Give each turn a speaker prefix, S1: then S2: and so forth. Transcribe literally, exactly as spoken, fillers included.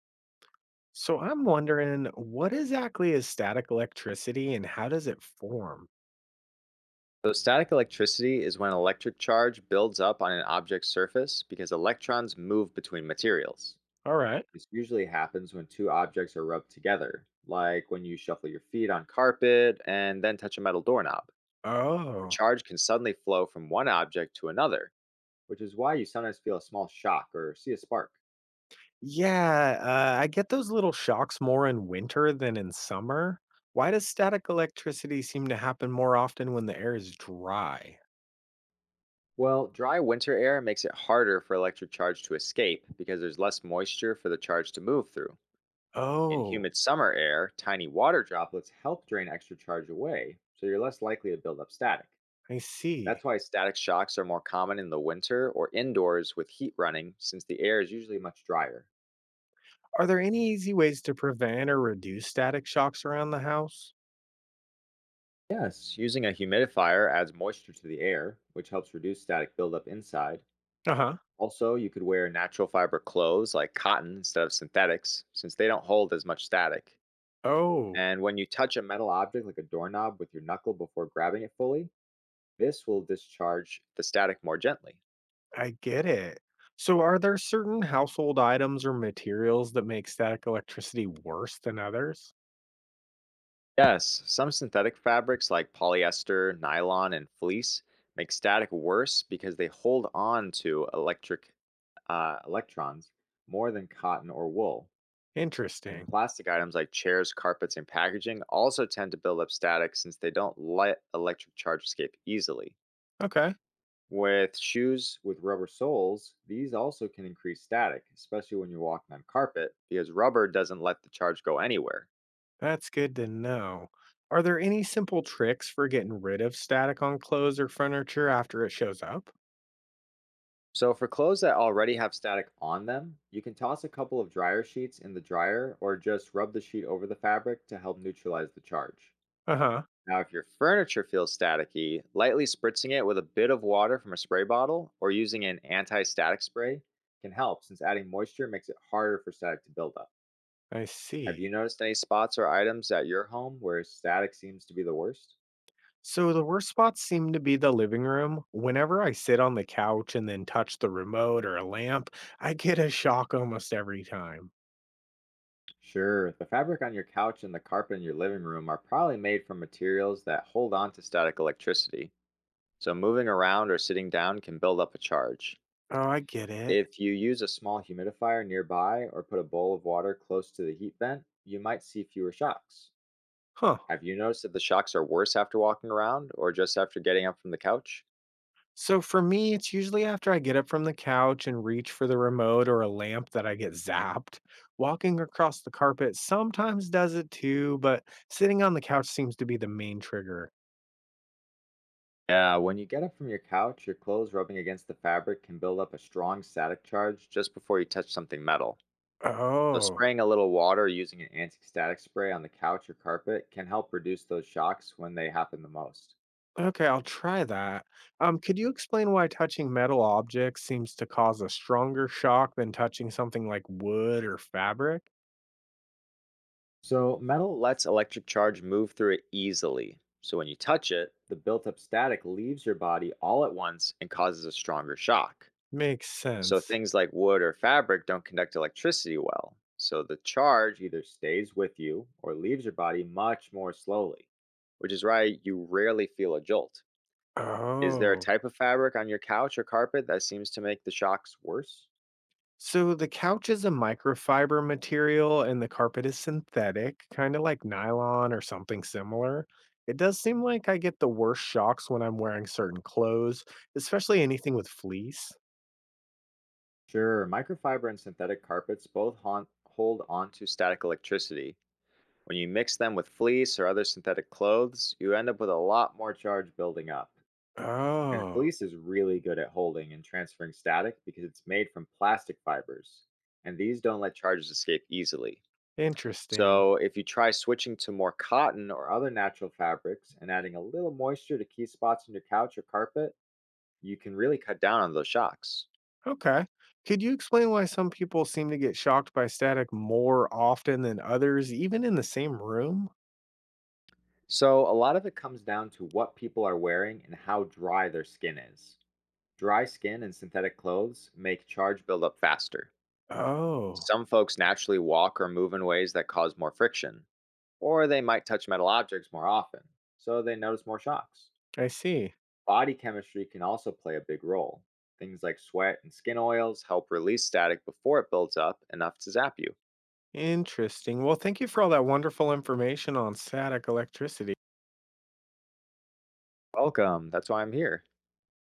S1: So I'm wondering what exactly is static electricity and how does it form?
S2: So, static electricity is when an electric charge builds up on an object's surface because electrons move between materials.
S1: All right.
S2: This usually happens when two objects are rubbed together, like when you shuffle your feet on carpet and then touch a metal doorknob. The
S1: Oh.
S2: charge can suddenly flow from one object to another, which is why you sometimes feel a small shock or see a spark.
S1: Yeah, uh, I get those little shocks more in winter than in summer. Why does static electricity seem to happen more often when the air is dry?
S2: Well, dry winter air makes it harder for electric charge to escape because there's less moisture for the charge to move through. In
S1: Oh,
S2: humid summer air, tiny water droplets help drain extra charge away, so you're less likely to build up static.
S1: I see.
S2: That's why static shocks are more common in the winter or indoors with heat running, since the air is usually much drier.
S1: Are there any easy ways to prevent or reduce static shocks around the house?
S2: Yes, using a humidifier adds moisture to the air, which helps reduce static buildup inside.
S1: Uh huh.
S2: Also, you could wear natural fiber clothes like cotton instead of synthetics, since they don't hold as much static.
S1: Oh.
S2: And when you touch a metal object like a doorknob with your knuckle before grabbing it fully, this will discharge the static more gently.
S1: I get it. So, are there certain household items or materials that make static electricity worse than others?
S2: Yes, some synthetic fabrics like polyester, nylon, and fleece make static worse because they hold on to electric uh, electrons more than cotton or wool. And
S1: Interesting.
S2: plastic items like chairs, carpets, and packaging also tend to build up static since they don't let electric charge escape easily.
S1: Okay,
S2: With shoes with rubber soles, these also can increase static, especially when you're walking on carpet, because rubber doesn't let the charge go anywhere.
S1: that's good to know. Are there any simple tricks for getting rid of static on clothes or furniture after it shows up?
S2: So for clothes that already have static on them, you can toss a couple of dryer sheets in the dryer or just rub the sheet over the fabric to help neutralize the charge.
S1: Uh huh,
S2: Now, if your furniture feels staticky, lightly spritzing it with a bit of water from a spray bottle or using an anti static spray can help since adding moisture makes it harder for static to build up.
S1: I
S2: Have you
S1: see.
S2: noticed any spots or items at your home where static seems to be the worst?
S1: So, the worst spots seem to be the living room. Whenever I sit on the couch and then touch the remote or a lamp, I get a shock almost every time.
S2: Sure, the fabric on your couch and the carpet in your living room are probably made from materials that hold on to static electricity. So, moving around or sitting down can build up a charge.
S1: Oh, I get it.
S2: If you use a small humidifier nearby or put a bowl of water close to the heat vent, you might see fewer shocks.
S1: Huh.
S2: Have you noticed that the shocks are worse after walking around or just after getting up from the couch?
S1: So for me, it's usually after I get up from the couch and reach for the remote or a lamp that I get zapped. Walking across the carpet sometimes does it too, but sitting on the couch seems to be the main trigger.
S2: Yeah, when you get up from your couch, your clothes rubbing against the fabric can build up a strong static charge just before you touch something metal. So,
S1: Oh,
S2: spraying a little water or using an anti static spray on the couch or carpet can help reduce those shocks when they happen the most.
S1: okay, I'll try that. Um, could you explain why touching metal objects seems to cause a stronger shock than touching something like wood or fabric?
S2: So, metal lets electric charge move through it easily. So, when you touch it, the built up static leaves your body all at once and causes a stronger shock.
S1: Makes
S2: So,
S1: sense.
S2: things like wood or fabric don't conduct electricity well. So, the charge either stays with you or leaves your body much more slowly, which is why you rarely feel a jolt. Is there a
S1: Oh.
S2: type of fabric on your couch or carpet that seems to make the shocks worse?
S1: So the couch is a microfiber material and the carpet is synthetic, kind of like nylon or something similar. It does seem like I get the worst shocks when I'm wearing certain clothes, especially anything with fleece.
S2: Sure, microfiber and synthetic carpets both haunt, hold on to static electricity. When you mix them with fleece or other synthetic clothes, you end up with a lot more charge building up. And
S1: Oh,
S2: fleece is really good at holding and transferring static because it's made from plastic fibers, and these don't let charges escape easily.
S1: interesting.
S2: So, if you try switching to more cotton or other natural fabrics and adding a little moisture to key spots on your couch or carpet, you can really cut down on those shocks.
S1: Okay. Could you explain why some people seem to get shocked by static more often than others, even in the same room?
S2: So, a lot of it comes down to what people are wearing and how dry their skin is. Dry skin and synthetic clothes make charge build up faster.
S1: Oh,
S2: Some folks naturally walk or move in ways that cause more friction, or they might touch metal objects more often, so they notice more shocks.
S1: I see.
S2: Body chemistry can also play a big role. Things like sweat and skin oils help release static before it builds up enough to zap you.
S1: Interesting. Well, thank you for all that wonderful information on static electricity.
S2: Welcome, that's why I'm here.